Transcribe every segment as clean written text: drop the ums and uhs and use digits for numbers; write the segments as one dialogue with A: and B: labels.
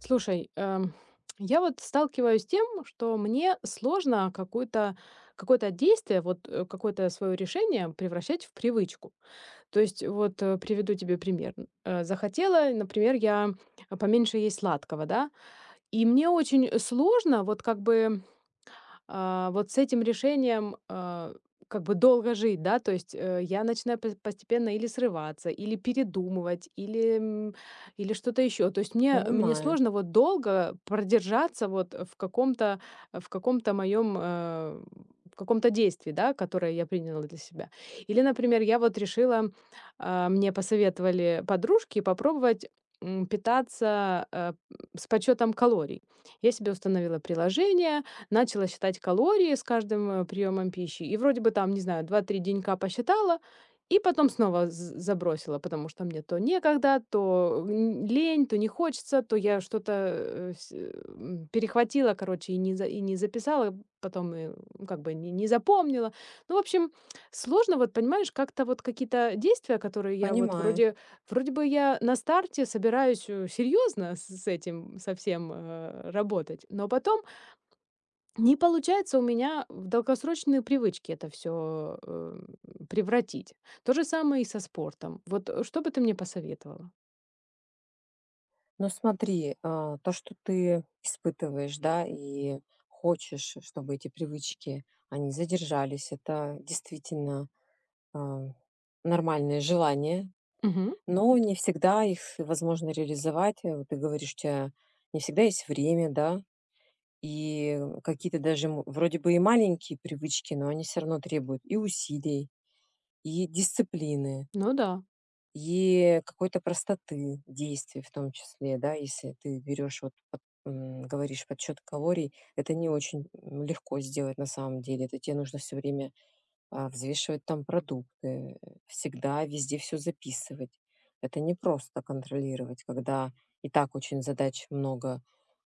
A: Слушай, я вот сталкиваюсь с тем, что мне сложно какое-то действие, какое-то свое решение превращать в привычку. То есть приведу тебе пример. Захотела, например, я поменьше есть сладкого, да, и мне очень сложно вот как бы вот с этим решением, как бы долго жить, да, то есть, я начинаю постепенно или срываться, или передумывать, или что-то еще. То есть мне
B: Понимаю,
A: сложно вот долго продержаться вот в каком-то в каком-то моем, э, в каком-то действии, да, которое я приняла для себя. Или, например, я вот решила, мне посоветовали подружки попробовать, питаться, э, с подсчетом калорий. Я себе установила приложение, начала считать калории с каждым приемом пищи. И вроде бы там, не знаю, два-три денька посчитала и потом снова з забросила, потому что мне то некогда, то лень, то не хочется, то я что-то перехватила, короче, и не записала, потом как бы не запомнила. Ну, в общем, сложно, вот понимаешь, как-то вот какие-то действия, которые я вот
B: понимаю.
A: вроде вроде бы я на старте собираюсь, серьезно с этим совсем работать, но потом не получается у меня в долгосрочные привычки это все превратить. То же самое и со спортом. Что бы ты мне посоветовала?
B: Но смотри, то, что ты испытываешь, да, и хочешь, чтобы эти привычки, они задержались, это действительно а, нормальное желание,
A: Мгм.
B: но не всегда их возможно реализовать. Вот ты говоришь, у тебя не всегда есть время, да, и какие-то даже вроде бы и маленькие привычки, но они все равно требуют и усилий, и дисциплины,
A: Ну да,
B: и какой-то простоты действий в том числе, да. Если ты берешь, вот говоришь, подсчет калорий, это не очень, легко сделать на самом деле. Это тебе нужно все время, взвешивать там продукты, всегда везде все записывать. Это не просто контролировать, когда и так очень задач много,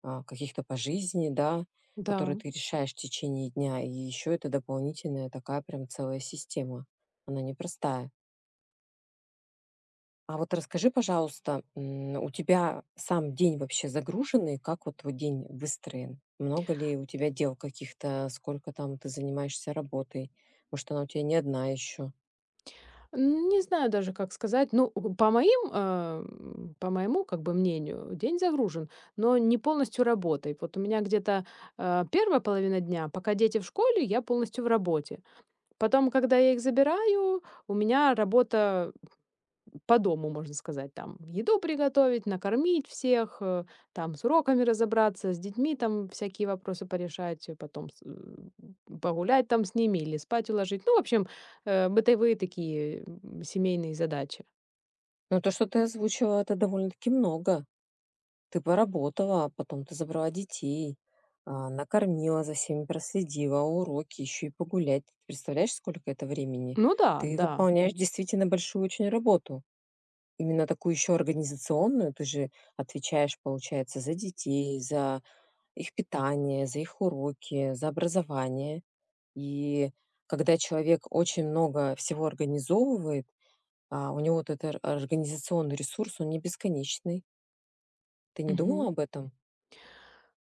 B: каких-то по жизни, да,
A: да.
B: которые ты решаешь в течение дня. И еще это дополнительная такая прям целая система. Она непростая. А вот расскажи, пожалуйста, у тебя сам день вообще загруженный? Как вот твой день выстроен? Много ли у тебя дел каких-то? Сколько там ты занимаешься работой? Может, она у тебя не одна еще?
A: Н Не знаю даже, как сказать. Ну, у по моим, а, м, по моему, как бы, мнению, день загружен, но не полностью работой. Вот у меня где-то 1-я половина дня, пока дети в школе, я полностью в работе. Потом, когда я их забираю, у меня работа по дому, можно сказать, там еду приготовить, накормить всех, там с уроками разобраться, с детьми там всякие вопросы порешать, потом погулять там с ними или спать уложить. Бытовые такие семейные задачи.
B: Ну, то, что ты озвучила, это довольно-таки много. Ты поработала, а потом ты забрала детей, накормила, за всеми проследила, уроки, еще и погулять. Ты представляешь, сколько это времени?
A: Ну да,
B: Ты
A: да.
B: выполняешь действительно большую очень работу. Именно такую еще организационную. Ты же отвечаешь, получается, за детей, за их питание, за их уроки, за образование. И когда человек очень много всего организовывает, а у него вот этот организационный ресурс, он не бесконечный. Ты не думал
A: Мгм.
B: об этом?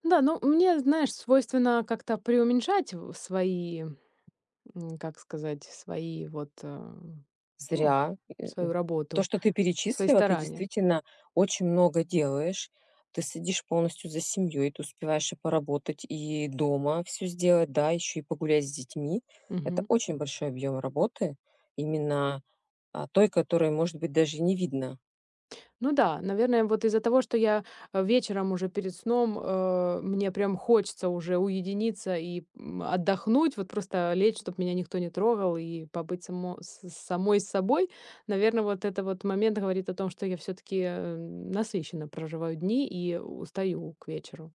A: Да, ну мне, знаешь, свойственно как-то преуменьшать свои, как сказать, свои вот, э, ну,
B: Зря.
A: свою
B: То,
A: работу,
B: что ты
A: свои
B: перечислила, ты
A: старания.
B: действительно очень много делаешь. Ты сидишь полностью за семьей, ты успеваешь и поработать, и дома все сделать, да, еще и погулять с детьми. Это
A: Мгм.
B: очень большой объем работы, именно, той, которой, может быть, даже и не видно.
A: Ну да, наверное, вот из-за того, что я, вечером уже перед сном, мне прям хочется уже уединиться и, отдохнуть, вот просто лечь, чтобы меня никто не трогал, и побыть самой с собой. Наверное, вот это вот момент говорит о том, что я все таки насыщенно проживаю дни и устаю к вечеру.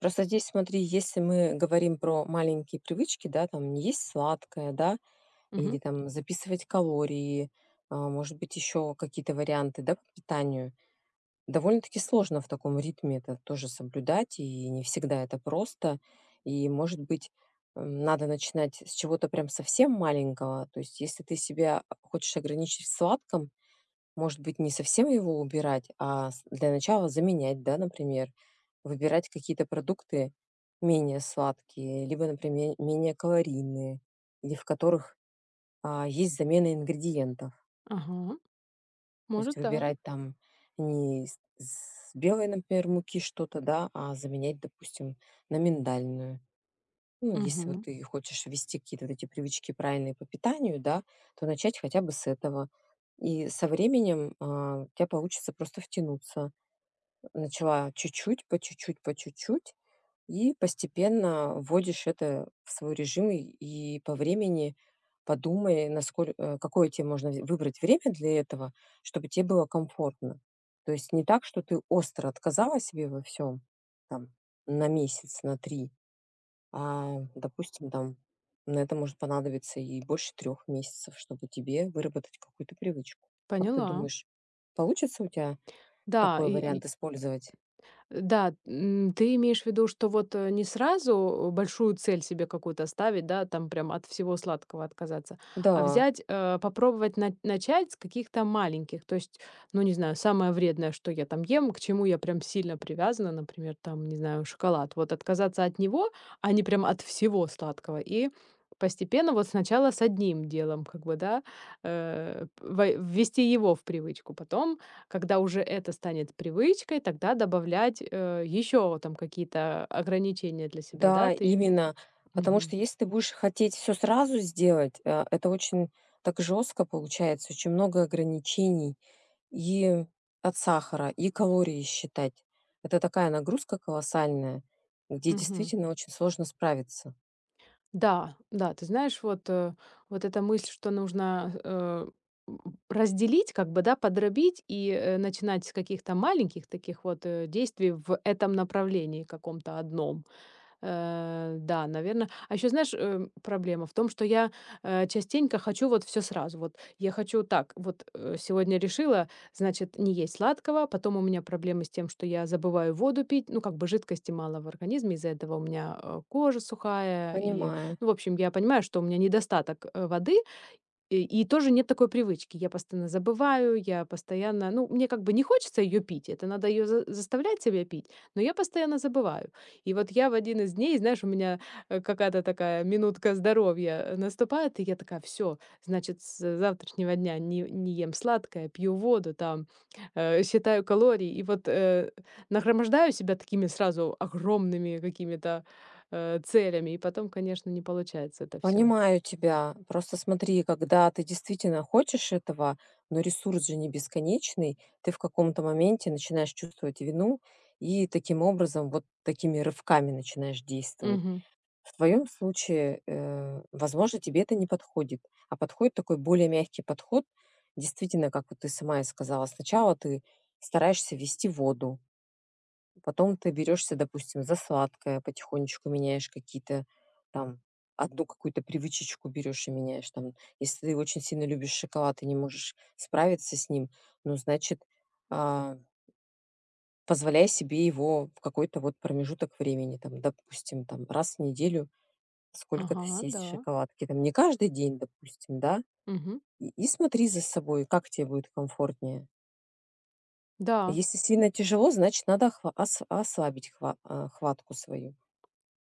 B: Просто здесь, смотри, если мы говорим про маленькие привычки, да, там не есть сладкое, да, или
A: Мгм.
B: там записывать калории, может быть, еще какие-то варианты, да, по питанию. Довольно-таки сложно в таком ритме это тоже соблюдать, и не всегда это просто. И, может быть, надо начинать с чего-то прям совсем маленького. То есть, если ты себя хочешь ограничить в сладком, может быть, не совсем его убирать, а для начала заменять, да, например, выбирать какие-то продукты менее сладкие, либо, например, менее калорийные, или в которых есть замена ингредиентов.
A: Ага.
B: То есть
A: Может, да.
B: выбирать там не с белой, например, муки что-то, да, а заменять, допустим, на миндальную. Ну, если вот
A: Мгм.
B: ты хочешь ввести какие-то вот эти привычки правильные по питанию, да, то начать хотя бы с этого. И со временем у тебя получится просто втянуться. Начала чуть-чуть, по чуть-чуть, по чуть-чуть, и постепенно вводишь это в свой режим и по времени подумай, насколько какое тебе можно вз выбрать время для этого, чтобы тебе было комфортно. То есть не так, что ты остро отказала себе во всем там, на месяц, на 3 допустим, там, на это может понадобиться и больше 3 месяцев, чтобы тебе выработать какую-то привычку. Как ты
A: Поняла.
B: думаешь, получится у тебя
A: Да,
B: такой
A: и
B: вариант использовать?
A: да, ты имеешь в виду, что не сразу большую цель себе какую-то ставить, да, там прям от всего сладкого отказаться, а
B: Да.
A: взять, попробовать начать с каких-то маленьких, то есть, ну, не знаю, самое вредное, что я там ем, к чему я прям сильно привязана, например, там, не знаю, шоколад, вот отказаться от него, а не прям от всего сладкого, и постепенно вот сначала с одним делом, как бы, да, ввести его в привычку, потом когда уже это станет привычкой, тогда добавлять, еще там какие-то ограничения для себя,
B: Да,
A: да, ты это.
B: именно. Потому
A: Мгм.
B: что если ты будешь хотеть все сразу сделать, это очень так жестко получается, очень много ограничений и от сахара, и калории считать. Это такая нагрузка колоссальная, где
A: Мгм.
B: действительно очень сложно справиться.
A: Да, да, ты знаешь, вот эта мысль, что нужно, м, разделить, как бы, да, подробить и, начинать с каких-то маленьких таких вот, действий в этом направлении каком-то одном. Да, наверное. А еще, знаешь, проблема в том, что я, частенько хочу вот все сразу. Вот я хочу так: вот, сегодня решила, значит, не есть сладкого, потом у меня проблемы с тем, что я забываю воду пить, ну, как бы жидкости мало в организме, из-за этого у меня, кожа сухая, и,
B: Понимаю.
A: ну, в общем, я понимаю, что у меня недостаток, воды, и тоже нет такой привычки. Я постоянно забываю, я постоянно, ну, мне как бы не хочется ее пить, это надо ее заставлять себя пить, но я постоянно забываю. И вот я в один из дней, знаешь, у меня, какая-то такая минутка здоровья, наступает, и я такая: все, значит, с завтрашнего дня не ем сладкое, пью воду там, считаю калории". И вот, нагромождаю себя такими сразу огромными какими-то, целями, и потом, конечно, не получается это все.
B: Понимаю тебя. Просто смотри, когда ты действительно хочешь этого, но ресурс же не бесконечный, ты в каком-то моменте начинаешь чувствовать вину и таким образом, вот такими рывками начинаешь действовать. В твоем случае, возможно, тебе это не подходит, а подходит такой более мягкий подход. Действительно, как вот ты сама и сказала, сначала ты стараешься вести воду, потом ты берешься, допустим, за сладкое, потихонечку меняешь какие-то там одну какую-то привычечку берешь и меняешь. Там, если ты очень сильно любишь шоколад и не можешь справиться с ним, ну, значит, а, позволяй себе его в какой-то вот промежуток времени, там, допустим, там, раз в неделю, сколько-то
A: Ага,
B: съесть
A: да.
B: шоколадки, там не каждый день, допустим, да,
A: Мгм.
B: и смотри за собой, как тебе будет комфортнее.
A: Да.
B: Если сильно тяжело, значит, надо охва ос ослабить хва хватку свою.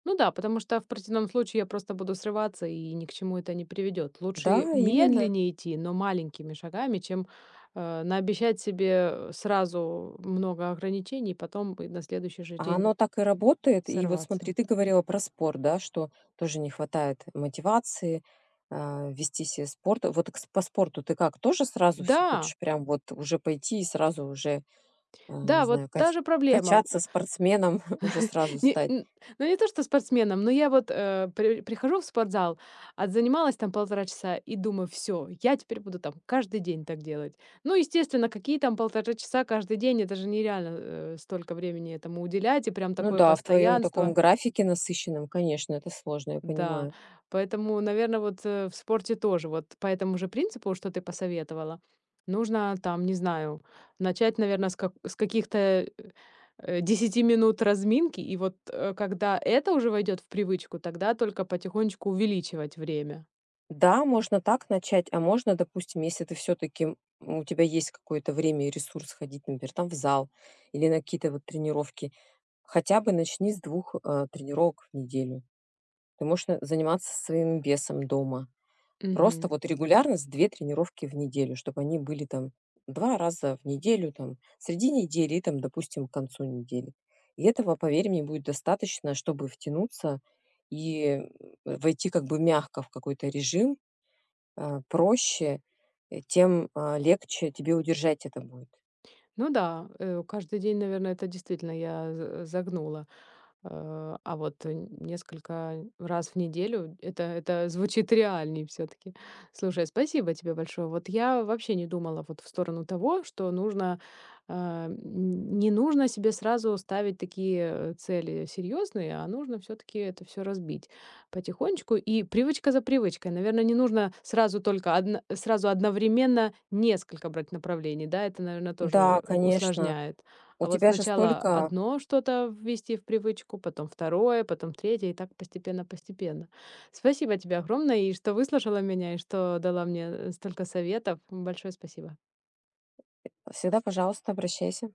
A: Ну да, потому что в противном случае я просто буду срываться, и ни к чему это не приведет. Лучше
B: Да, именно.
A: медленнее идти, но маленькими шагами, чем наобещать себе сразу много ограничений, потом и на следующий же
B: А оно
A: день
B: так и работает. И вот
A: сорваться.
B: смотри, ты говорила про спорт, да, что тоже не хватает мотивации, вести себя спорт. Вот к с по спорту ты как, тоже сразу все
A: Да,
B: хочешь прям вот уже пойти и сразу уже, не
A: да, вот
B: знаю,
A: та
B: кать
A: же проблема.
B: качаться спортсменом, уже сразу
A: Не,
B: стать?
A: н Ну, не то что спортсменом, но я вот, прихожу в спортзал, отзанималась там полтора часа и думаю: все, я теперь буду там каждый день так делать". Ну, естественно, какие там полтора часа каждый день? Это же нереально, столько времени этому уделять и прям
B: Ну
A: такое
B: да, в твоем таком
A: постоянство.
B: графике насыщенном, конечно, это сложно, я
A: Да,
B: понимаю.
A: поэтому, наверное, в спорте тоже, вот по этому же принципу, что ты посоветовала, нужно там, не знаю, начать, наверное, с каких-то, э, минут разминки, и вот, когда это уже войдет в привычку, тогда только потихонечку увеличивать время.
B: Да, можно так начать, а можно, допустим, если ты все-таки у тебя есть какое-то время и ресурс ходить, например, там в зал или на какие-то вот тренировки, хотя бы начни с 2 тренировок в неделю. Ты можешь заниматься своим весом дома. Просто
A: Мгм.
B: вот регулярно с 2 тренировки в неделю, чтобы они были там 2 раза в неделю, там среди недели и там, допустим, к концу недели. И этого, поверь мне, будет достаточно, чтобы втянуться и, войти как бы мягко в какой-то режим, проще, легче тебе удержать это будет.
A: Ну да, каждый день, наверное, это действительно я загнула. А вот несколько раз в неделю это звучит реальней все-таки. Слушай, спасибо тебе большое. Вот я вообще не думала вот в сторону того, что нужно, не нужно себе сразу ставить такие цели серьезные, а нужно все-таки это все разбить. Потихонечку и привычка за привычкой, наверное, не нужно сразу одновременно несколько брать направлений, да, это, наверное,
B: Да,
A: тоже
B: конечно.
A: усложняет.
B: У
A: А вот
B: тебя же
A: сначала
B: столько
A: одно что-то ввести в привычку, потом второе, потом третье, и так постепенно-постепенно. Спасибо тебе огромное, и что выслушала меня, и что дала мне, столько советов. Большое спасибо.
B: всегда, пожалуйста, обращайся.